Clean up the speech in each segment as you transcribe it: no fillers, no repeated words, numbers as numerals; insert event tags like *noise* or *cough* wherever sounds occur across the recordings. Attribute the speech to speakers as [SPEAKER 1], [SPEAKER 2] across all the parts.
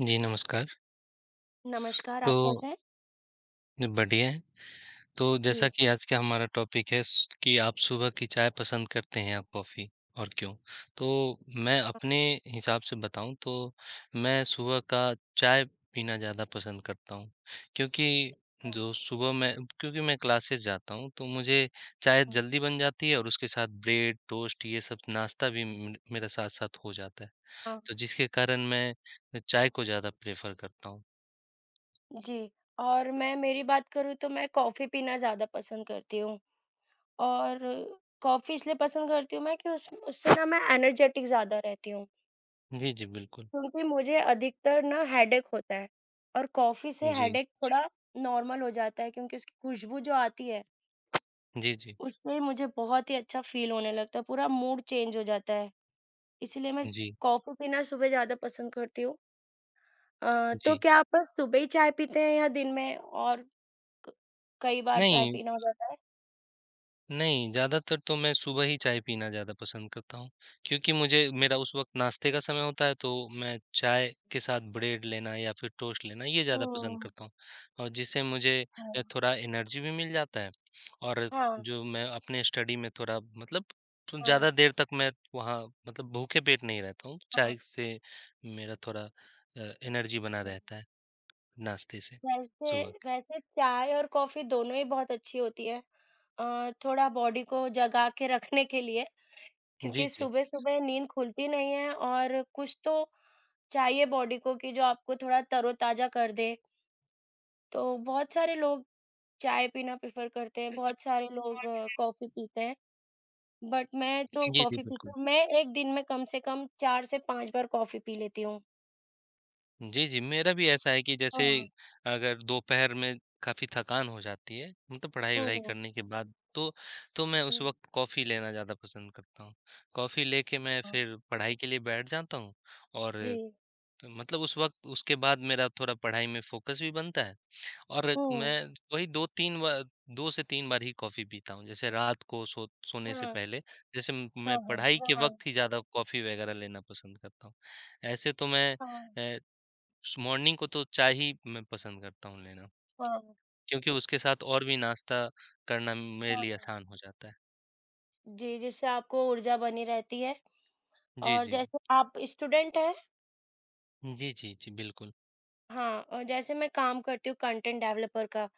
[SPEAKER 1] जी, नमस्कार।
[SPEAKER 2] नमस्कार,
[SPEAKER 1] तो
[SPEAKER 2] आप कैसे हैं?
[SPEAKER 1] बढ़िया है। तो जैसा
[SPEAKER 2] जी।
[SPEAKER 1] कि आज का हमारा टॉपिक है स कि आप सुबह की चाय पसंद करते हैं या कॉफ़ी और क्यों? तो मैं अपने हिसाब से बताऊँ तो मैं सुबह का चाय पीना ज़्यादा पसंद करता हूँ। क्योंकि
[SPEAKER 2] हाँ,
[SPEAKER 1] जो सुबह मैं क्योंकि मैं क्लासेस जाता हूँ तो मुझे चाय
[SPEAKER 2] हाँ।
[SPEAKER 1] जल्दी बन जाती है और उसके साथ ब्रेड, टोस्ट ये सब नाश्ता भी म मेरे साथ-साथ हो जाता है।
[SPEAKER 2] हाँ,
[SPEAKER 1] तो जिसके कारण मैं चाय को ज़्यादा प्रेफ़र करता हूँ।
[SPEAKER 2] जी। और मैं मेरी बात करूँ तो मैं कॉफ़ी पीना ज़्यादा पसंद करती हूँ और कॉफ़ी इसलिए पसंद करती हूँ मैं कि उस उससे ना मैं एनर्जेटिक ज़्यादा रहती हूँ
[SPEAKER 1] जी, जी, बिल्कुल।
[SPEAKER 2] क्योंकि मुझे अधिकतर ना हेडेक होता है और कॉफ़ी से
[SPEAKER 1] जी।
[SPEAKER 2] हेडेक अच्छा। थोड़ा नॉर्मल हो जाता है क्योंकि उसकी खुशबू जो आती है,
[SPEAKER 1] जी, जी।
[SPEAKER 2] उससे मुझे बहुत ही अच्छा फ़ील होने लगता है, पूरा मूड चेंज हो जाता है। इसीलिए मैं
[SPEAKER 1] जी,
[SPEAKER 2] कॉफ़ी पीना सुबह ज़्यादा पसंद करती हूँ।
[SPEAKER 1] जी।
[SPEAKER 2] तो क्या आप बस सुबह ही चाय पीते हैं या दिन में और क कई बार चाय
[SPEAKER 1] नहीं,
[SPEAKER 2] पीना हो जाता है?
[SPEAKER 1] नहीं, ज़्यादातर तो मैं सुबह ही चाय पीना ज़्यादा पसंद करता हूँ, क्योंकि मुझे मेरा उस वक़्त नाश्ते का समय होता है, तो मैं चाय के साथ ब्रेड लेना या फिर टोस्ट लेना, ये ज़्यादा पसंद
[SPEAKER 2] हुँ,
[SPEAKER 1] करता हूँ। और जिससे मुझे
[SPEAKER 2] हुँ।
[SPEAKER 1] थोड़ा एनर्जी भी मिल जाता है और
[SPEAKER 2] हाँ,
[SPEAKER 1] जो मैं अपने स्टडी में थोड़ा मतलब तो
[SPEAKER 2] हाँ,
[SPEAKER 1] ज़्यादा देर तक मैं वहाँ मतलब भूखे पेट नहीं रहता हूँ।
[SPEAKER 2] हाँ,
[SPEAKER 1] चाय से मेरा थोड़ा एनर्जी बना
[SPEAKER 2] हुँ।
[SPEAKER 1] रहता है नाश्ते से
[SPEAKER 2] वैसे
[SPEAKER 1] सुबह के।
[SPEAKER 2] वैसे चाय और कॉफ़ी दोनों ही बहुत अच्छी होती है, थोड़ा बॉडी को जगा के रखने के लिए,
[SPEAKER 1] जी,
[SPEAKER 2] क्योंकि
[SPEAKER 1] जी।
[SPEAKER 2] सुबह-सुबह नींद खुलती नहीं है और कुछ तो चाहिए बॉडी को कि जो आपको थोड़ा तरोताज़ा कर दे। तो बहुत सारे लोग चाय पीना प्रेफ़र करते हैं, बहुत सारे
[SPEAKER 1] और
[SPEAKER 2] लोग कॉफ़ी पीते हैं। बट मैं
[SPEAKER 1] जी।
[SPEAKER 2] तो
[SPEAKER 1] जी, जी,
[SPEAKER 2] कॉफ़ी पीती
[SPEAKER 1] बिल्कुल।
[SPEAKER 2] हूँ, मैं एक दिन में कम से कम 4 से 5 बार कॉफ़ी पी लेती हूँ।
[SPEAKER 1] जी, जी। मेरा भी ऐसा है कि जैसे
[SPEAKER 2] हाँ।
[SPEAKER 1] अगर दोपहर में काफ़ी थकान हो जाती है, मतलब
[SPEAKER 2] हुँ,
[SPEAKER 1] पढ़ाई-वढ़ाई
[SPEAKER 2] हुँ,
[SPEAKER 1] करने के बाद, तो मैं उस
[SPEAKER 2] हुँ।
[SPEAKER 1] वक़्त कॉफ़ी लेना ज़्यादा पसंद करता हूँ। कॉफ़ी लेके मैं
[SPEAKER 2] हाँ।
[SPEAKER 1] फिर पढ़ाई के लिए बैठ जाता हूँ और
[SPEAKER 2] जी।
[SPEAKER 1] मतलब उस वक़्त उसके बाद मेरा थोड़ा पढ़ाई में फ़ोकस भी बनता है और
[SPEAKER 2] हुँ।
[SPEAKER 1] मैं वही 2-3 बार 2 से 3 बार ही कॉफ़ी पीता हूँ। जैसे रात को सोने से
[SPEAKER 2] हाँ,
[SPEAKER 1] पहले, जैसे
[SPEAKER 2] हाँ,
[SPEAKER 1] मैं पढ़ाई
[SPEAKER 2] हाँ,
[SPEAKER 1] के
[SPEAKER 2] हाँ,
[SPEAKER 1] वक़्त ही ज़्यादा कॉफ़ी वग़ैरह लेना पसंद करता हूँ। ऐसे तो मैं
[SPEAKER 2] हाँ,
[SPEAKER 1] अ स मॉर्निंग को तो चाय ही मैं पसंद करता हूँ लेना,
[SPEAKER 2] हाँ,
[SPEAKER 1] क्योंकि उसके साथ और भी नाश्ता करना मेरे
[SPEAKER 2] हाँ,
[SPEAKER 1] लिए
[SPEAKER 2] हाँ।
[SPEAKER 1] आसान हो जाता है।
[SPEAKER 2] जी, जिससे आपको ऊर्जा बनी रहती है
[SPEAKER 1] जी,
[SPEAKER 2] और
[SPEAKER 1] जी।
[SPEAKER 2] जैसे आप स्टूडेंट हैं।
[SPEAKER 1] जी, जी, जी, बिल्कुल।
[SPEAKER 2] हाँ, और जैसे मैं काम करती हूँ कंटेंट डेवलपर का,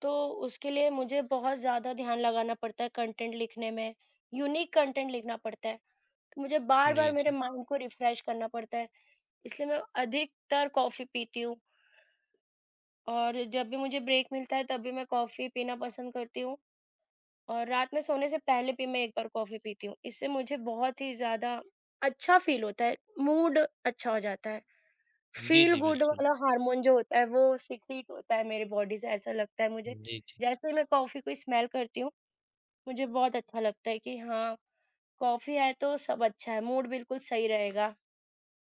[SPEAKER 2] तो उसके लिए मुझे बहुत ज़्यादा ध्यान लगाना पड़ता है कंटेंट लिखने में, यूनिक कंटेंट लिखना पड़ता है। तो मुझे बार-बार
[SPEAKER 1] जी,
[SPEAKER 2] मेरे
[SPEAKER 1] जी।
[SPEAKER 2] माइंड को रिफ्रेश करना पड़ता है। इसलिए मैं अधिकतर कॉफ़ी पीती हूँ और जब भी मुझे ब्रेक मिलता है तब भी मैं कॉफ़ी पीना पसंद करती हूँ और रात में सोने से पहले भी मैं एक बार कॉफ़ी पीती हूँ। इससे मुझे बहुत ही ज़्यादा अच्छा फ़ील होता है, मूड अच्छा हो जाता है।
[SPEAKER 1] जी,
[SPEAKER 2] फ़ील
[SPEAKER 1] जी,
[SPEAKER 2] गुड
[SPEAKER 1] बिल्कुल।
[SPEAKER 2] वाला हार्मोन जो होता है वो सीक्रेट होता है मेरी बॉडी से, ऐसा लगता है मुझे।
[SPEAKER 1] जी, जी।
[SPEAKER 2] जैसे ही मैं कॉफ़ी को स्मेल करती हूँ, मुझे बहुत अच्छा लगता है कि हाँ, कॉफ़ी है तो सब अच्छा है, मूड बिल्कुल सही रहेगा।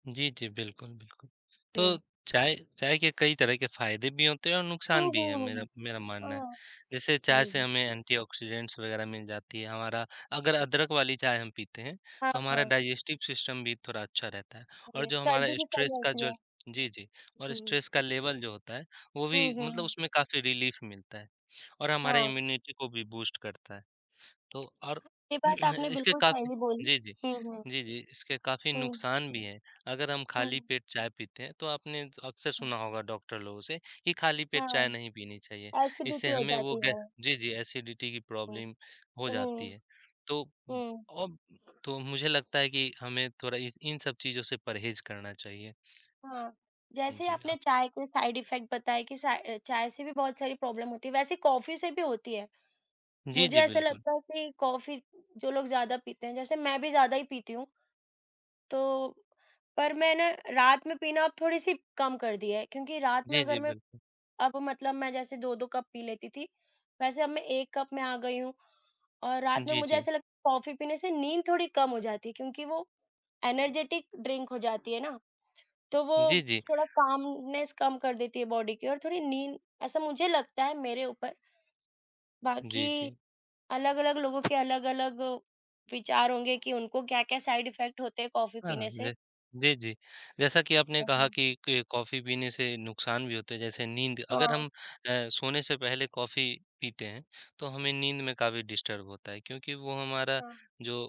[SPEAKER 1] जी, जी। बिल्कुल, बिल्कुल। तो
[SPEAKER 2] जी।
[SPEAKER 1] चाय चाय के कई तरह के फ़ायदे भी होते हैं और
[SPEAKER 2] हुँ,
[SPEAKER 1] नुकसान भी हैं
[SPEAKER 2] हुँ,
[SPEAKER 1] मेरा
[SPEAKER 2] हुँ।
[SPEAKER 1] मेरा मानना है।
[SPEAKER 2] हाँ,
[SPEAKER 1] जैसे चाय
[SPEAKER 2] जी,
[SPEAKER 1] से
[SPEAKER 2] जी।
[SPEAKER 1] हमें एंटीऑक्सीडेंट्स वग़ैरह मिल जाती है, हमारा अगर अदरक वाली चाय हम पीते हैं,
[SPEAKER 2] हाँ,
[SPEAKER 1] तो हमारा
[SPEAKER 2] हाँ।
[SPEAKER 1] डाइजेस्टिव सिस्टम भी थोड़ा अच्छा रहता है और
[SPEAKER 2] हुँ,
[SPEAKER 1] जो हमारा
[SPEAKER 2] सर्दी भी सही
[SPEAKER 1] स्ट्रेस का
[SPEAKER 2] होती
[SPEAKER 1] जो
[SPEAKER 2] है।
[SPEAKER 1] जी, जी। और
[SPEAKER 2] हुँ।
[SPEAKER 1] स्ट्रेस का लेवल जो होता है, वो
[SPEAKER 2] हुँ,
[SPEAKER 1] भी मतलब
[SPEAKER 2] हुँ।
[SPEAKER 1] उसमें काफ़ी रिलीफ़ मिलता है और हमारे
[SPEAKER 2] हाँ,
[SPEAKER 1] इम्यूनिटी को भी बूस्ट करता है। तो और
[SPEAKER 2] ये
[SPEAKER 1] *clears throat*
[SPEAKER 2] बात आपने
[SPEAKER 1] इसके
[SPEAKER 2] बिल्कुल
[SPEAKER 1] काफ़ी
[SPEAKER 2] सही बोली।
[SPEAKER 1] जी, जी।
[SPEAKER 2] हुँ, हुँ।
[SPEAKER 1] जी, जी, इसके काफ़ी
[SPEAKER 2] हुँ,
[SPEAKER 1] नुकसान भी हैं। अगर हम
[SPEAKER 2] हुँ,
[SPEAKER 1] खाली पेट चाय पीते हैं, तो आपने अक्सर
[SPEAKER 2] हुँ।
[SPEAKER 1] सुना होगा डॉक्टर लोगों से कि खाली पेट चाय नहीं
[SPEAKER 2] हाँ,
[SPEAKER 1] पीनी चाहिए। इससे
[SPEAKER 2] एसिडिटी हो
[SPEAKER 1] हमें वो
[SPEAKER 2] जाती
[SPEAKER 1] गै
[SPEAKER 2] है।
[SPEAKER 1] जी, जी, एसिडिटी की
[SPEAKER 2] हुँ,
[SPEAKER 1] प्रॉब्लम हो जाती
[SPEAKER 2] हुँ,
[SPEAKER 1] है। तो उम,
[SPEAKER 2] हुँ।
[SPEAKER 1] और तो मुझे लगता है कि हमें थोड़ा इस इन सब चीज़ों से परहेज़ करना चाहिए।
[SPEAKER 2] हाँ, जैसे
[SPEAKER 1] जी,
[SPEAKER 2] आपने
[SPEAKER 1] आप
[SPEAKER 2] चाय के साइड इफ़ेक्ट बताए कि चाय से भी बहुत सारी प्रॉब्लम होती है, वैसे कॉफ़ी से भी होती है।
[SPEAKER 1] जी,
[SPEAKER 2] मुझे
[SPEAKER 1] जी,
[SPEAKER 2] ऐसा
[SPEAKER 1] बिल्कुल।
[SPEAKER 2] लगता है कि कॉफ़ी जो लोग ज़्यादा पीते हैं, जैसे मैं भी ज़्यादा ही पीती हूँ, तो पर मैं ना रात में पीना अब थोड़ी-सी कम कर दी है, क्योंकि रात में
[SPEAKER 1] जी,
[SPEAKER 2] अगर
[SPEAKER 1] जी,
[SPEAKER 2] मैं
[SPEAKER 1] बिल्कुल।
[SPEAKER 2] अब मतलब मैं जैसे 2-2 कप पी लेती थी, वैसे अब मैं 1 कप में आ गई हूँ और रात में
[SPEAKER 1] जी,
[SPEAKER 2] मुझे
[SPEAKER 1] जी।
[SPEAKER 2] ऐसा लगता है कॉफ़ी पीने से नींद थोड़ी कम हो जाती है क्योंकि वो एनर्जेटिक ड्रिंक हो जाती है ना, तो वो
[SPEAKER 1] जी, जी।
[SPEAKER 2] थोड़ा कामनेस कम कर देती है बॉडी की और थोड़ी नींद, ऐसा मुझे लगता है मेरे ऊपर,
[SPEAKER 1] जी,
[SPEAKER 2] बाकी
[SPEAKER 1] जी।
[SPEAKER 2] अलग-अलग लोगों के अलग-अलग विचार होंगे कि उनको क्या-क्या साइड इफ़ेक्ट होते हैं कॉफ़ी
[SPEAKER 1] हाँ,
[SPEAKER 2] पीने से।
[SPEAKER 1] जी। जी, जी। जैसा कि आपने
[SPEAKER 2] हुँ,
[SPEAKER 1] कहा
[SPEAKER 2] हुँ।
[SPEAKER 1] कि क कॉफ़ी पीने से नुकसान भी होते हैं, जैसे नींद अगर
[SPEAKER 2] हाँ,
[SPEAKER 1] हम सोने से पहले कॉफ़ी पीते हैं, तो हमें नींद में काफ़ी डिस्टर्ब होता है क्योंकि वो हमारा
[SPEAKER 2] हाँ,
[SPEAKER 1] जो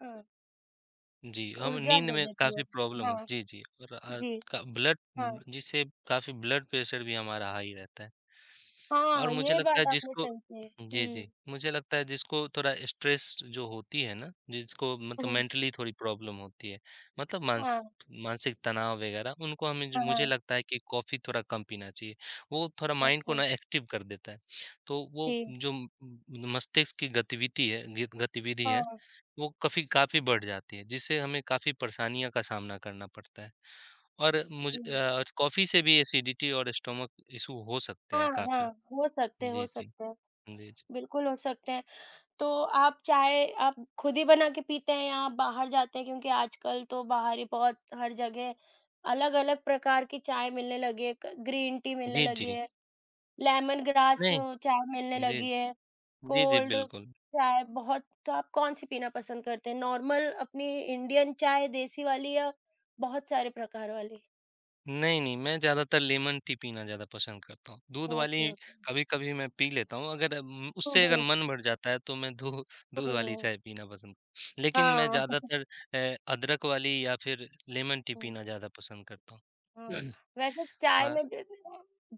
[SPEAKER 2] हाँ,
[SPEAKER 1] जी, हम
[SPEAKER 2] ऊर्जा
[SPEAKER 1] नींद
[SPEAKER 2] दे
[SPEAKER 1] में
[SPEAKER 2] देती
[SPEAKER 1] काफ़ी
[SPEAKER 2] है।
[SPEAKER 1] प्रॉब्लम हो
[SPEAKER 2] हाँ,
[SPEAKER 1] जी, जी और
[SPEAKER 2] जी,
[SPEAKER 1] क ब्लड
[SPEAKER 2] हाँ।
[SPEAKER 1] जिससे काफ़ी ब्लड प्रेशर भी हमारा हाई रहता है। और
[SPEAKER 2] हाँ,
[SPEAKER 1] मुझे
[SPEAKER 2] ये
[SPEAKER 1] लगता है
[SPEAKER 2] बात आपने
[SPEAKER 1] जिसको
[SPEAKER 2] सही कही।
[SPEAKER 1] जी,
[SPEAKER 2] हुँ,
[SPEAKER 1] जी। मुझे लगता है जिसको थोड़ा स्ट्रेस जो होती है ना, जिसको मतलब
[SPEAKER 2] हुँ,
[SPEAKER 1] मेंटली थोड़ी प्रॉब्लम होती है, मतलब
[SPEAKER 2] हाँ,
[SPEAKER 1] मानसिक तनाव वगैरह उनको हमें ज
[SPEAKER 2] हाँ, हाँ,
[SPEAKER 1] मुझे लगता है कि कॉफ़ी थोड़ा कम पीना चाहिए। वो थोड़ा माइंड को
[SPEAKER 2] अच्छा,
[SPEAKER 1] ना एक्टिव कर देता है। तो वो
[SPEAKER 2] जी,
[SPEAKER 1] जो म म- मस्तिष्क की गतिविधि है गित गतिविधि है,
[SPEAKER 2] हाँ,
[SPEAKER 1] वो काफ़ी काफ़ी बढ़ जाती है, जिससे हमें काफ़ी परेशानियों का सामना करना पड़ता है। और
[SPEAKER 2] हुँ,
[SPEAKER 1] कॉफ़ी से भी एसिडिटी और स्टमक इश्यू हो सकते हैं
[SPEAKER 2] हाँ, हाँ,
[SPEAKER 1] काफ़ी।
[SPEAKER 2] हो सकते हैं, हो
[SPEAKER 1] जी, जी।
[SPEAKER 2] सकते हैं,
[SPEAKER 1] जी, जी।
[SPEAKER 2] बिल्कुल हो सकते हैं। तो आप चाय आप खुद ही बना के पीते हैं या आप बाहर जाते हैं? क्योंकि आजकल तो बाहर ही बहुत हर जगह अलग-अलग प्रकार की चाय मिलने लगी है, क ग्रीन टी मिलने
[SPEAKER 1] जी,
[SPEAKER 2] लगी
[SPEAKER 1] जी।
[SPEAKER 2] है। लेमन ग्रास
[SPEAKER 1] नहीं,
[SPEAKER 2] चाय मिलने
[SPEAKER 1] जी,
[SPEAKER 2] लगी है,
[SPEAKER 1] जी, जी,
[SPEAKER 2] कोल्ड
[SPEAKER 1] बिल्कुल।
[SPEAKER 2] चाय बहुत, तो आप कौन-सी पीना पसंद करते हैं? नॉर्मल अपनी इंडियन चाय देसी वाली या बहुत सारे प्रकार वाली?
[SPEAKER 1] नहीं, नहीं, मैं ज़्यादातर लेमन टी पीना ज़्यादा पसंद करता हूँ। दूध वाली
[SPEAKER 2] ओके, ओके।
[SPEAKER 1] कभी-कभी मैं पी लेता हूँ, अगर
[SPEAKER 2] हुँ,
[SPEAKER 1] उससे अगर
[SPEAKER 2] हुँ,
[SPEAKER 1] मन भर जाता है, तो मैं दू *laughs* दूध वाली
[SPEAKER 2] हुँ,
[SPEAKER 1] चाय पीना पसंद लेकिन मैं
[SPEAKER 2] हाँ।
[SPEAKER 1] ज़्यादातर अदरक वाली या फिर लेमन टी
[SPEAKER 2] हुँ,
[SPEAKER 1] पीना ज़्यादा पसंद करता हूँ।
[SPEAKER 2] हाँ।
[SPEAKER 1] *clears throat*
[SPEAKER 2] वैसे चाय
[SPEAKER 1] अ,
[SPEAKER 2] में ज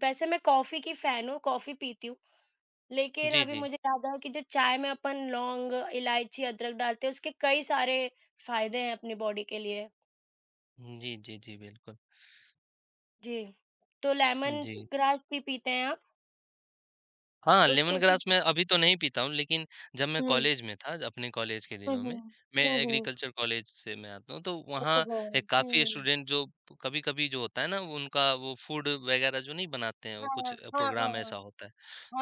[SPEAKER 2] वैसे मैं कॉफ़ी की फ़ैन हूँ, कॉफ़ी पीती हूँ, लेकिन
[SPEAKER 1] जी,
[SPEAKER 2] अभी
[SPEAKER 1] जी।
[SPEAKER 2] मुझे याद आया कि जो चाय में अपन लौंग, इलायची, अदरक डालते हैं, उसके कई सारे फ़ायदे हैं अपनी बॉडी के लिए।
[SPEAKER 1] जी, जी, जी, बिल्कुल।
[SPEAKER 2] जी, तो लेमन
[SPEAKER 1] जी।
[SPEAKER 2] ग्रास भी पीते हैं आप?
[SPEAKER 1] हाँ, लेमन
[SPEAKER 2] उसके भी।
[SPEAKER 1] ग्रास मैं अभी तो नहीं पीता हूँ, लेकिन जब मैं
[SPEAKER 2] हुँ,
[SPEAKER 1] कॉलेज में था, अपने कॉलेज के
[SPEAKER 2] हुँ,
[SPEAKER 1] दिनों
[SPEAKER 2] हुँ।
[SPEAKER 1] में, मैं
[SPEAKER 2] हुँ, हुँ।
[SPEAKER 1] एग्रीकल्चर कॉलेज से मैं आता हूँ, तो वहाँ
[SPEAKER 2] ओहो!
[SPEAKER 1] एक काफ़ी
[SPEAKER 2] हुँ।
[SPEAKER 1] स्टूडेंट जो कभी-कभी जो होता है ना, वो उनका वो फूड वगैरह जो नहीं बनाते हैं, वो
[SPEAKER 2] हाँ,
[SPEAKER 1] कुछ
[SPEAKER 2] हाँ, हाँ,
[SPEAKER 1] प्रोग्राम
[SPEAKER 2] हाँ।
[SPEAKER 1] ऐसा होता है।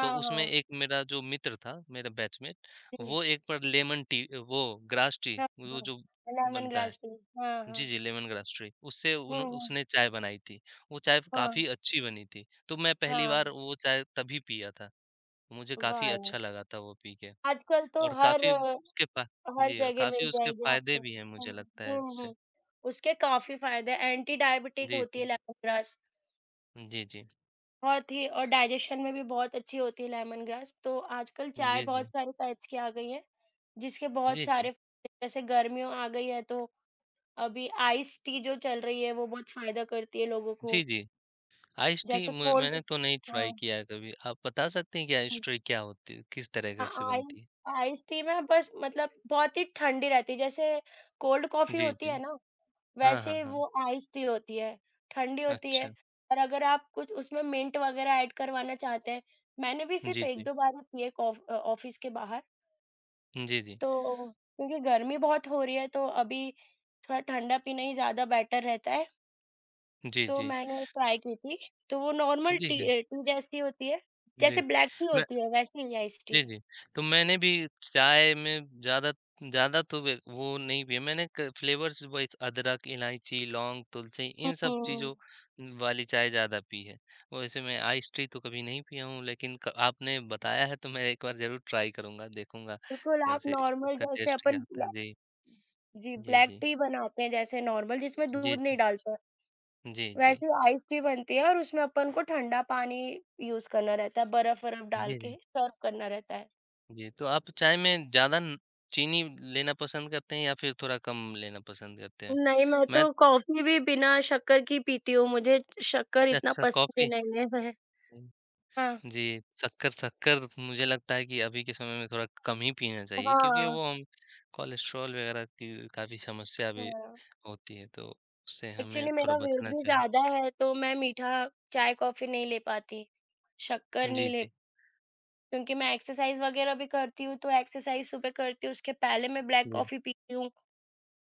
[SPEAKER 1] तो उसमें
[SPEAKER 2] हाँ।
[SPEAKER 1] एक मेरा जो मित्र था, मेरा बैचमेट,
[SPEAKER 2] हुँ,
[SPEAKER 1] वो एक बार लेमन टी वो ग्रास टी,
[SPEAKER 2] हाँ,
[SPEAKER 1] वो
[SPEAKER 2] हाँ।
[SPEAKER 1] जो
[SPEAKER 2] लेमन
[SPEAKER 1] बनता है
[SPEAKER 2] ग्रास टी। हाँ, हाँ।
[SPEAKER 1] जी, जी, लेमन ग्रास टी, उससे
[SPEAKER 2] हुँ,
[SPEAKER 1] उन
[SPEAKER 2] हुँ।
[SPEAKER 1] उसने चाय बनाई थी। वो चाय
[SPEAKER 2] हाँ,
[SPEAKER 1] काफ़ी अच्छी बनी थी, तो मैं पहली
[SPEAKER 2] हाँ।
[SPEAKER 1] बार वो चाय तभी पिया था। मुझे
[SPEAKER 2] वाह
[SPEAKER 1] काफ़ी
[SPEAKER 2] यार!
[SPEAKER 1] अच्छा लगा था वो पी के
[SPEAKER 2] आजकल तो
[SPEAKER 1] और
[SPEAKER 2] हर
[SPEAKER 1] काफ़ी उसके फा
[SPEAKER 2] हर
[SPEAKER 1] जी,
[SPEAKER 2] जगह
[SPEAKER 1] काफ़ी
[SPEAKER 2] मिल
[SPEAKER 1] उसके
[SPEAKER 2] जाएगी
[SPEAKER 1] फ़ायदे
[SPEAKER 2] आपको।
[SPEAKER 1] भी हैं मुझे
[SPEAKER 2] हुँ,
[SPEAKER 1] लगता है
[SPEAKER 2] हुँ,
[SPEAKER 1] इससे।
[SPEAKER 2] हुँ। उसके काफ़ी फ़ायदे हैं, एंटी डायबिटिक
[SPEAKER 1] जी,
[SPEAKER 2] होती है
[SPEAKER 1] जी।
[SPEAKER 2] लेमन ग्रास,
[SPEAKER 1] जी, जी।
[SPEAKER 2] बहुत ही, और डाइजेशन में भी बहुत अच्छी होती है लेमन ग्रास। तो आजकल चाय
[SPEAKER 1] जी, जी।
[SPEAKER 2] बहुत सारे टाइप्स की आ गई हैं, जिसके बहुत
[SPEAKER 1] जी, जी।
[SPEAKER 2] सारे फायदे हैं। जैसे गर्मियों आ गई है तो अभी आइस टी जो चल रही है वो बहुत फायदा करती है लोगों
[SPEAKER 1] जी,
[SPEAKER 2] को।
[SPEAKER 1] जी। आइस टी
[SPEAKER 2] जैसे
[SPEAKER 1] म
[SPEAKER 2] कोल्ड
[SPEAKER 1] मैंने तो नहीं ट्राई
[SPEAKER 2] हाँ,
[SPEAKER 1] किया है कभी। आप बता सकते हैं कि आइस
[SPEAKER 2] हुँ।
[SPEAKER 1] टी क्या होती है? किस तरह
[SPEAKER 2] अ,
[SPEAKER 1] का से
[SPEAKER 2] आइस
[SPEAKER 1] बनती है?
[SPEAKER 2] आइस टी में बस मतलब बहुत ही ठंडी रहती है, जैसे कोल्ड कॉफ़ी
[SPEAKER 1] जी,
[SPEAKER 2] होती है
[SPEAKER 1] जी।
[SPEAKER 2] ना,
[SPEAKER 1] हाँ, हाँ,
[SPEAKER 2] वैसे
[SPEAKER 1] हाँ।
[SPEAKER 2] वो आइस टी होती है, ठंडी होती है
[SPEAKER 1] अच्छा।
[SPEAKER 2] और अगर आप कुछ उसमें मिंट वगैरह ऐड करवाना चाहते हैं, मैंने भी
[SPEAKER 1] जी,
[SPEAKER 2] सिर्फ़
[SPEAKER 1] जी।
[SPEAKER 2] 1-2 बार ही पी है ऑफ़िस के बाहर।
[SPEAKER 1] जी, जी।
[SPEAKER 2] तो क्योंकि गर्मी बहुत हो रही है तो अभी थोड़ा ठंडा पीना ही ज़्यादा बेटर रहता है,
[SPEAKER 1] जी,
[SPEAKER 2] तो
[SPEAKER 1] जी।
[SPEAKER 2] मैंने ट्राई की थी। तो वो नॉर्मल
[SPEAKER 1] जी,
[SPEAKER 2] टी
[SPEAKER 1] जी।
[SPEAKER 2] टी जैसी होती है,
[SPEAKER 1] जी।
[SPEAKER 2] जैसे ब्लैक टी
[SPEAKER 1] मैं
[SPEAKER 2] होती है वैसी ही आइस टी।
[SPEAKER 1] जी, जी। तो मैंने भी चाय में ज़्यादा ज़्यादा तो वे वो नहीं पिया मैंने क फ्लेवर्स वाइज़ अदरक, इलायची, लौंग, तुलसी
[SPEAKER 2] हुँ,
[SPEAKER 1] इन सब चीज़ों
[SPEAKER 2] हुँ।
[SPEAKER 1] वाली चाय ज़्यादा पी है। वैसे मैं आइस टी तो कभी नहीं पिया हूँ लेकिन क आपने बताया है तो मैं एक बार ज़रूर ट्राई करूँगा, देखूँगा
[SPEAKER 2] बिल्कुल आप
[SPEAKER 1] कैसे
[SPEAKER 2] नॉर्मल
[SPEAKER 1] उसका
[SPEAKER 2] जैसे
[SPEAKER 1] टेस्ट क्या
[SPEAKER 2] अपन
[SPEAKER 1] होता है।
[SPEAKER 2] ब्लै
[SPEAKER 1] जी,
[SPEAKER 2] जी,
[SPEAKER 1] जी,
[SPEAKER 2] ब्लैक
[SPEAKER 1] जी।
[SPEAKER 2] टी बनाते हैं जैसे नॉर्मल जिसमें
[SPEAKER 1] जी,
[SPEAKER 2] दूध नहीं
[SPEAKER 1] जी।
[SPEAKER 2] डालते हैं,
[SPEAKER 1] जी, जी।
[SPEAKER 2] वैसे आइस टी बनती है और उसमें अपन को ठंडा पानी यूज़ करना रहता है, बर्फ़-वरफ़
[SPEAKER 1] जी,
[SPEAKER 2] डाल के
[SPEAKER 1] जी।
[SPEAKER 2] सर्व करना रहता है।
[SPEAKER 1] जी, तो आप चाय में ज़्यादा न चीनी लेना पसंद करते हैं या फिर थोड़ा कम लेना पसंद करते हैं?
[SPEAKER 2] नहीं, मैं तो
[SPEAKER 1] मैं
[SPEAKER 2] कॉफ़ी भी बिना शक्कर की पीती हूँ, मुझे शक्कर इतना
[SPEAKER 1] अच्छा
[SPEAKER 2] पसंद ही
[SPEAKER 1] कॉफ़ी
[SPEAKER 2] नहीं है। हाँ,
[SPEAKER 1] जी, शक्कर शक्कर मुझे लगता है कि अभी के समय में थोड़ा कम ही पीना चाहिए क्योंकि
[SPEAKER 2] हाँ,
[SPEAKER 1] वो हम कोलेस्ट्रॉल वगैरह की काफ़ी समस्या भी
[SPEAKER 2] हाँ।
[SPEAKER 1] होती है, तो उससे हमें
[SPEAKER 2] एक्चुअली
[SPEAKER 1] थोड़ा
[SPEAKER 2] मेरा वेट
[SPEAKER 1] बचना
[SPEAKER 2] भी
[SPEAKER 1] चाहिए।
[SPEAKER 2] ज़्यादा है, तो मैं मीठा चाय, कॉफ़ी नहीं ले पाती, शक्कर
[SPEAKER 1] जी,
[SPEAKER 2] नहीं ले,
[SPEAKER 1] जी।
[SPEAKER 2] क्योंकि मैं एक्सरसाइज़ वग़ैरह भी करती हूँ, तो एक्सरसाइज़ सुबह करती हूँ, उसके पहले मैं ब्लैक
[SPEAKER 1] जी।
[SPEAKER 2] कॉफ़ी पीती हूँ,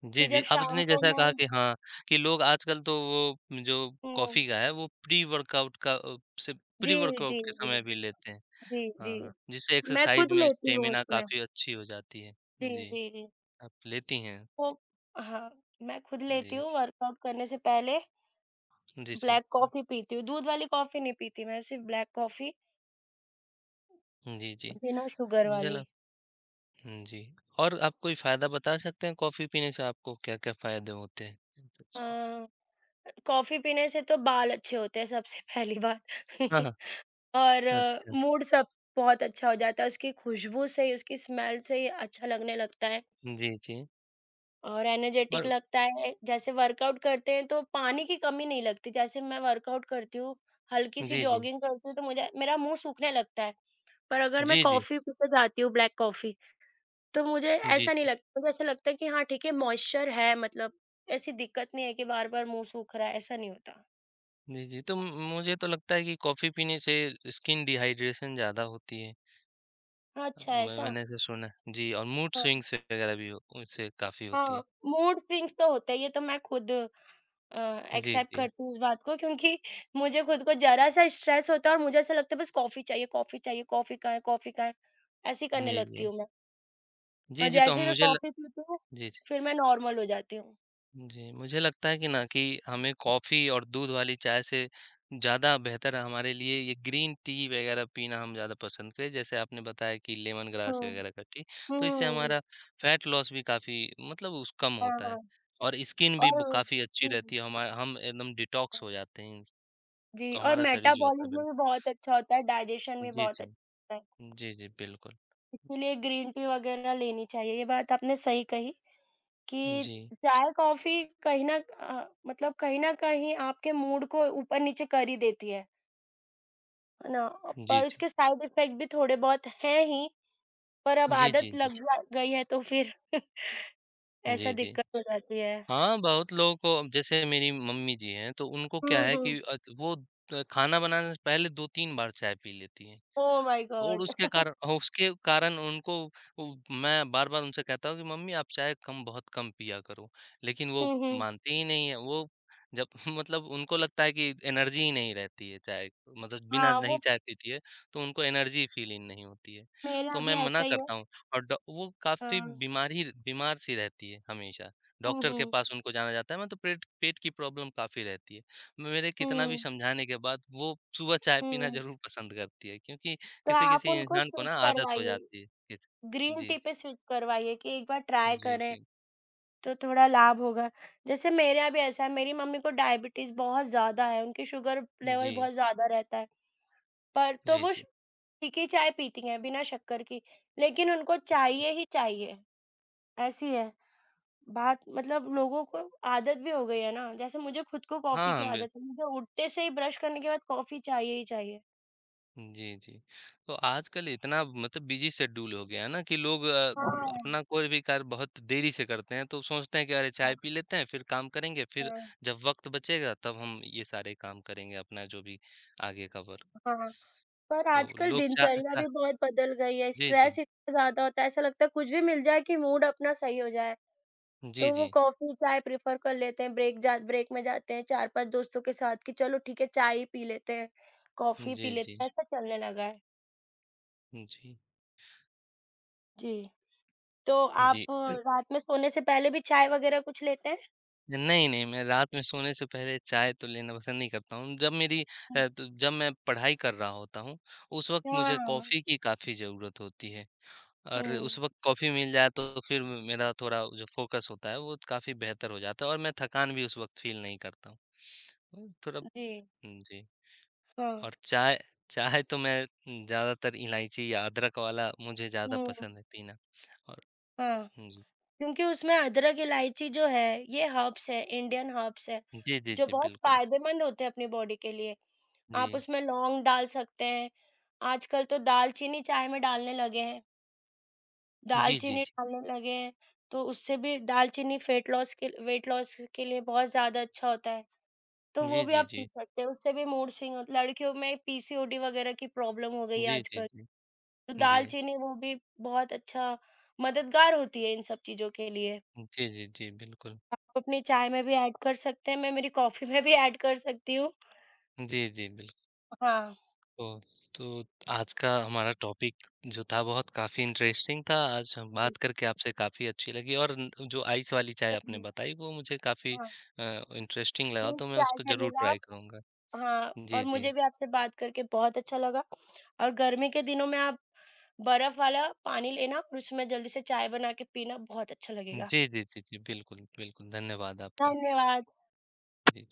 [SPEAKER 1] जी,
[SPEAKER 2] फिर
[SPEAKER 1] जी,
[SPEAKER 2] जब शाम
[SPEAKER 1] आपने
[SPEAKER 2] को
[SPEAKER 1] जैसा
[SPEAKER 2] मैं
[SPEAKER 1] कहा कि हाँ, कि लोग आजकल तो वो जो
[SPEAKER 2] हुँ,
[SPEAKER 1] कॉफ़ी का है वो प्री वर्कआउट का अ, से
[SPEAKER 2] जी,
[SPEAKER 1] प्री
[SPEAKER 2] जी,
[SPEAKER 1] वर्कआउट के
[SPEAKER 2] जी,
[SPEAKER 1] समय भी लेते हैं।
[SPEAKER 2] जी, जी।
[SPEAKER 1] हाँ, जिससे
[SPEAKER 2] मैं
[SPEAKER 1] एक्सरसाइज़
[SPEAKER 2] खुद
[SPEAKER 1] में
[SPEAKER 2] लेती हूँ
[SPEAKER 1] स्टेमिना
[SPEAKER 2] उसमें।
[SPEAKER 1] काफ़ी अच्छी हो जाती है।
[SPEAKER 2] जी,
[SPEAKER 1] जी,
[SPEAKER 2] जी, जी।
[SPEAKER 1] आप लेती हैं?
[SPEAKER 2] वो हाँ, मैं खुद
[SPEAKER 1] जी,
[SPEAKER 2] लेती हूँ
[SPEAKER 1] जी।
[SPEAKER 2] वर्कआउट करने से पहले।
[SPEAKER 1] जी, सही।
[SPEAKER 2] ब्लैक कॉफ़ी पीती हूँ, दूध वाली कॉफ़ी नहीं पीती मैं, सिर्फ़ ब्लैक कॉफ़ी
[SPEAKER 1] जी, जी।
[SPEAKER 2] बिना शुगर
[SPEAKER 1] मुझे
[SPEAKER 2] वाली।
[SPEAKER 1] लग हुँ, जी। और आप कोई फ़ायदा बता सकते हैं कॉफ़ी पीने से आपको क्या-क्या फ़ायदे होते हैं? *unintelligible*
[SPEAKER 2] हाँ, कॉफ़ी पीने से तो बाल अच्छे होते हैं सबसे पहली बात
[SPEAKER 1] हाँ,
[SPEAKER 2] *laughs*
[SPEAKER 1] हाँ।
[SPEAKER 2] और
[SPEAKER 1] अच्छा।
[SPEAKER 2] मूड सब बहुत अच्छा हो जाता है, उसकी खुशबू से ही, उसकी स्मेल से ही अच्छा लगने लगता है
[SPEAKER 1] जी, जी।
[SPEAKER 2] और एनर्जेटिक
[SPEAKER 1] और
[SPEAKER 2] लगता है। जैसे वर्कआउट करते हैं तो पानी की कमी नहीं लगती, जैसे मैं वर्कआउट करती हूँ, हल्की-सी
[SPEAKER 1] जी, जी।
[SPEAKER 2] जॉगिंग करती हूँ तो मुझे मेरा मुँह सूखने लगता है, पर अगर मैं
[SPEAKER 1] जी, जी।
[SPEAKER 2] कॉफ़ी पी के जाती हूँ ब्लैक कॉफ़ी, तो मुझे
[SPEAKER 1] जी,
[SPEAKER 2] ऐसा नहीं
[SPEAKER 1] जी।
[SPEAKER 2] लगता, मुझे ऐसा लगता है कि हाँ ठीक है, मॉइस्चर है, मतलब ऐसी दिक्कत नहीं है कि बार-बार मुँह सूख रहा है, ऐसा नहीं होता।
[SPEAKER 1] जी, जी। तो म मुझे तो लगता है कि कॉफ़ी पीने से स्किन डिहाइड्रेशन ज़्यादा होती है।
[SPEAKER 2] हाँ, अच्छा ऐसा?
[SPEAKER 1] मैंने ऐसा सुना है। जी, और मूड
[SPEAKER 2] हाँ,
[SPEAKER 1] स्विंग्स वगैरह भी उससे काफ़ी होती है।
[SPEAKER 2] हाँ, मूड स्विंग्स तो होते हैं, ये तो मैं खुद
[SPEAKER 1] जी,
[SPEAKER 2] एक्सेप्ट
[SPEAKER 1] जी।
[SPEAKER 2] करती हूँ इस बात को, क्योंकि मुझे खुद को ज़रा-सा स्ट्रेस होता है और मुझे ऐसा लगता है बस कॉफ़ी चाहिए, कॉफ़ी चाहिए, कॉफ़ी कहाँ है, कॉफ़ी कहाँ है? ऐसे ही करने
[SPEAKER 1] जी,
[SPEAKER 2] लगती
[SPEAKER 1] जी।
[SPEAKER 2] हूँ मैं, और
[SPEAKER 1] जी, जी, तो हम
[SPEAKER 2] जैसे ही मैं
[SPEAKER 1] मुझे ल
[SPEAKER 2] कॉफ़ी पीती हूँ,
[SPEAKER 1] जी, जी।
[SPEAKER 2] फिर मैं नॉर्मल हो जाती हूँ।
[SPEAKER 1] जी, मुझे लगता है कि ना कि हमें कॉफ़ी और दूध वाली चाय से ज़्यादा बेहतर हमारे लिए ये ग्रीन टी वगैरह पीना हम ज़्यादा पसंद करें। जैसे आपने बताया कि लेमन ग्रास
[SPEAKER 2] हुँ,
[SPEAKER 1] वगैरह का टी, तो इससे
[SPEAKER 2] हुँ,
[SPEAKER 1] हमारा फैट लॉस भी काफ़ी मतलब उस कम
[SPEAKER 2] हाँ,
[SPEAKER 1] होता है
[SPEAKER 2] हाँ
[SPEAKER 1] और स्किन भी
[SPEAKER 2] और
[SPEAKER 1] ब काफ़ी अच्छी
[SPEAKER 2] हुँ,
[SPEAKER 1] रहती है। हमा हम एकदम डिटॉक्स
[SPEAKER 2] हुँ।
[SPEAKER 1] हो जाते हैं,
[SPEAKER 2] जी,
[SPEAKER 1] तो
[SPEAKER 2] और
[SPEAKER 1] हमारा शरीर जो होता है
[SPEAKER 2] मेटाबॉलिज़्म भी
[SPEAKER 1] बिल्कुल
[SPEAKER 2] बहुत अच्छा होता है, डाइजेशन भी
[SPEAKER 1] जी,
[SPEAKER 2] बहुत
[SPEAKER 1] जी।
[SPEAKER 2] अच्छा है,
[SPEAKER 1] जी, जी, बिल्कुल।
[SPEAKER 2] इसीलिए ग्रीन टी वग़ैरह लेनी चाहिए। ये बात आपने सही कही कि
[SPEAKER 1] जी।
[SPEAKER 2] चाय-कॉफ़ी कहीं न मतलब कहीं न कहीं आपके मूड को ऊपर-नीचे कर ही देती है ना?
[SPEAKER 1] जी,
[SPEAKER 2] पर
[SPEAKER 1] जी।
[SPEAKER 2] इसके साइड इफ़ेक्ट भी थोड़े बहुत हैं ही, पर अब
[SPEAKER 1] जी, जी,
[SPEAKER 2] आदत
[SPEAKER 1] जी।
[SPEAKER 2] लग जा गई है तो फिर *laughs* ऐसा
[SPEAKER 1] जी, जी।
[SPEAKER 2] दिक्कत हो जाती है।
[SPEAKER 1] हाँ, बहुत लोगों को अब जैसे मेरी मम्मी जी हैं, तो उनको
[SPEAKER 2] हुँ,
[SPEAKER 1] क्या है कि
[SPEAKER 2] हुँ।
[SPEAKER 1] अच वो खाना बनाने से पहले 2-3 बार चाय पी लेती हैं।
[SPEAKER 2] ओह माय
[SPEAKER 1] और
[SPEAKER 2] गॉड!
[SPEAKER 1] उसके कारण हाँ, उसके कारण उनको मैं बार-बार उनसे कहता हूँ कि मम्मी आप चाय कम बहुत कम पिया करो। लेकिन वो
[SPEAKER 2] हुँ, हुँ।
[SPEAKER 1] मानते ही नहीं है। वो जब *laughs* मतलब उनको लगता है कि एनर्जी ही नहीं रहती है चाय मतलब बिना
[SPEAKER 2] हाँ,
[SPEAKER 1] नहीं
[SPEAKER 2] वो
[SPEAKER 1] चाय पीती है, तो उनको एनर्जी फ़ील ही नहीं होती है।
[SPEAKER 2] मेरा
[SPEAKER 1] तो मैं
[SPEAKER 2] भी
[SPEAKER 1] मना
[SPEAKER 2] ऐसा ही है।
[SPEAKER 1] करता हूँ और डॉ वो काफ़ी
[SPEAKER 2] हाँ।
[SPEAKER 1] बीमार ही बीमार सी रहती है हमेशा।
[SPEAKER 2] हुँ,
[SPEAKER 1] डॉक्टर के
[SPEAKER 2] हुँ।
[SPEAKER 1] पास उनको जाना जाता है ना तो पेट पेट की प्रॉब्लम काफ़ी रहती है। मेरे कितना भी
[SPEAKER 2] हुँ,
[SPEAKER 1] समझाने के बाद वो सुबह चाय पीना
[SPEAKER 2] हुँ।
[SPEAKER 1] ज़रूर पसंद करती है क्योंकि
[SPEAKER 2] तो आप
[SPEAKER 1] किसी-किसी
[SPEAKER 2] उनको
[SPEAKER 1] इंसान को ना
[SPEAKER 2] स्विच
[SPEAKER 1] आदत हो
[SPEAKER 2] करवाइए,
[SPEAKER 1] जाती है। किस
[SPEAKER 2] ग्रीन
[SPEAKER 1] जी,
[SPEAKER 2] टी पे
[SPEAKER 1] जी,
[SPEAKER 2] स्विच करवाइए कि एक बार ट्राई
[SPEAKER 1] जी,
[SPEAKER 2] करें,
[SPEAKER 1] जी,
[SPEAKER 2] तो थोड़ा लाभ होगा। जैसे मेरे यहाँ भी ऐसा है, मेरी मम्मी को डायबिटीज़ बहुत ज़्यादा है, उनकी शुगर लेवल
[SPEAKER 1] जी,
[SPEAKER 2] बहुत ज़्यादा रहता है, पर तो
[SPEAKER 1] जी,
[SPEAKER 2] वो श
[SPEAKER 1] जी।
[SPEAKER 2] फीकी चाय पीती हैं, बिना शक्कर की, लेकिन उनको
[SPEAKER 1] अच्छा।
[SPEAKER 2] चाहिए ही चाहिए, ऐसी है। बात मतलब लोगों को आदत भी हो गई है ना, जैसे मुझे खुद को कॉफ़ी
[SPEAKER 1] हाँ,
[SPEAKER 2] की
[SPEAKER 1] बिल
[SPEAKER 2] आदत है, मुझे उठते से ही ब्रश करने के बाद कॉफ़ी चाहिए ही चाहिए।
[SPEAKER 1] जी, जी। तो आजकल इतना मतलब बिज़ी शेड्यूल हो गया है ना कि लोग
[SPEAKER 2] हाँ, हाँ।
[SPEAKER 1] अपना कोई भी कार्य बहुत देरी से करते हैं, तो सोचते हैं कि अरे चाय पी लेते हैं, फिर काम करेंगे, फिर
[SPEAKER 2] हाँ।
[SPEAKER 1] जब वक़्त बचेगा तब हम ये सारे काम करेंगे अपना जो भी आगे का वर्क।
[SPEAKER 2] हाँ, पर
[SPEAKER 1] तो
[SPEAKER 2] आजकल
[SPEAKER 1] लोग चा
[SPEAKER 2] दिनचर्या
[SPEAKER 1] चा
[SPEAKER 2] भी बहुत बदल गई है,
[SPEAKER 1] जी, जी।
[SPEAKER 2] स्ट्रेस इतना ज़्यादा होता है, ऐसा लगता है कुछ भी मिल जाए कि मूड अपना सही हो जाए।
[SPEAKER 1] जी,
[SPEAKER 2] तो वो
[SPEAKER 1] जी।
[SPEAKER 2] कॉफ़ी, चाय प्रेफ़र कर लेते हैं, ब्रेक में जाते हैं 4-5 दोस्तों के साथ कि चलो ठीक है चाय ही पी लेते हैं, कॉफ़ी पी
[SPEAKER 1] जी, जी।
[SPEAKER 2] लेते हैं, ऐसा चलने लगा है। जी, तो
[SPEAKER 1] जी,
[SPEAKER 2] आप
[SPEAKER 1] जी।
[SPEAKER 2] रात में सोने से पहले भी चाय वग़ैरह कुछ लेते हैं?
[SPEAKER 1] नहीं, नहीं, मैं रात में सोने से पहले चाय तो लेना पसंद नहीं करता हूँ। जब मेरी तो जब मैं पढ़ाई कर रहा होता हूँ, उस वक़्त मुझे
[SPEAKER 2] हाँ,
[SPEAKER 1] कॉफ़ी की काफ़ी ज़रूरत होती है और
[SPEAKER 2] हुँ,
[SPEAKER 1] उस वक़्त कॉफ़ी मिल जाए तो फिर मेरा थोड़ा जो फ़ोकस होता है, वो काफ़ी बेहतर हो जाता है और मैं थकान भी उस वक़्त फ़ील नहीं करता हूँ। थोड़ा
[SPEAKER 2] जी,
[SPEAKER 1] जी
[SPEAKER 2] हाँ,
[SPEAKER 1] और चाय चाय तो मैं ज़्यादातर इलायची या अदरक वाला मुझे ज़्यादा
[SPEAKER 2] हुँ,
[SPEAKER 1] पसंद है पीना और
[SPEAKER 2] हाँ।
[SPEAKER 1] जी।
[SPEAKER 2] क्योंकि उसमें अदरक, इलायची जो है, ये हर्ब्स हैं, इंडियन हर्ब्स हैं,
[SPEAKER 1] जी, जी,
[SPEAKER 2] जो
[SPEAKER 1] जी,
[SPEAKER 2] बहुत
[SPEAKER 1] बिल्कुल।
[SPEAKER 2] फ़ायदेमंद होते हैं अपनी बॉडी के लिए। आप
[SPEAKER 1] जी।
[SPEAKER 2] उसमें लौंग डाल सकते हैं, आजकल तो दालचीनी चाय में डालने लगे हैं,
[SPEAKER 1] जी, जी,
[SPEAKER 2] दालचीनी
[SPEAKER 1] जी।
[SPEAKER 2] डालने लगे हैं, तो उससे भी दालचीनी फ़ेट लॉस के वेट लॉस के लिए बहुत ज़्यादा अच्छा होता है, तो वो
[SPEAKER 1] जी,
[SPEAKER 2] भी
[SPEAKER 1] जी,
[SPEAKER 2] आप पी
[SPEAKER 1] जी।
[SPEAKER 2] सकते हैं, उससे भी मूड स्विंग लड़कियों में पीसीओडी वगैरह की प्रॉब्लम हो गई है
[SPEAKER 1] जी, जी,
[SPEAKER 2] आजकल,
[SPEAKER 1] जी।
[SPEAKER 2] तो
[SPEAKER 1] जी।
[SPEAKER 2] दालचीनी वो भी बहुत अच्छा मददगार होती है इन सब चीज़ों के लिए।
[SPEAKER 1] जी, जी, जी, बिल्कुल।
[SPEAKER 2] आप अपनी चाय में भी ऐड कर सकते हैं, मैं मेरी कॉफ़ी में भी ऐड कर सकती हूँ।
[SPEAKER 1] जी, जी, बिल्कुल।
[SPEAKER 2] हाँ।
[SPEAKER 1] ओ, तो आज का हमारा टॉपिक जो था बहुत काफ़ी इंटरेस्टिंग था। आज हम बात
[SPEAKER 2] जी,
[SPEAKER 1] करके आपसे काफ़ी अच्छी लगी और न जो आइस वाली चाय आपने
[SPEAKER 2] जी,
[SPEAKER 1] बताई वो मुझे काफ़ी
[SPEAKER 2] हाँ,
[SPEAKER 1] अ, इंटरेस्टिंग लगा
[SPEAKER 2] प्लीज़
[SPEAKER 1] तो मैं
[SPEAKER 2] ट्राई
[SPEAKER 1] उसको ज़रूर
[SPEAKER 2] करिएगा
[SPEAKER 1] ट्राई
[SPEAKER 2] आप।
[SPEAKER 1] करूँगा।
[SPEAKER 2] हाँ, और
[SPEAKER 1] जी, जी।
[SPEAKER 2] मुझे भी आपसे बात करके बहुत अच्छा लगा और गर्मी के दिनों में आप बर्फ़ वाला पानी लेना और उसमें जल्दी से चाय बना के पीना बहुत अच्छा लगेगा।
[SPEAKER 1] जी, जी, जी, जी, बिल्कुल, बिल्कुल। धन्यवाद आपका।
[SPEAKER 2] धन्यवाद।
[SPEAKER 1] जी।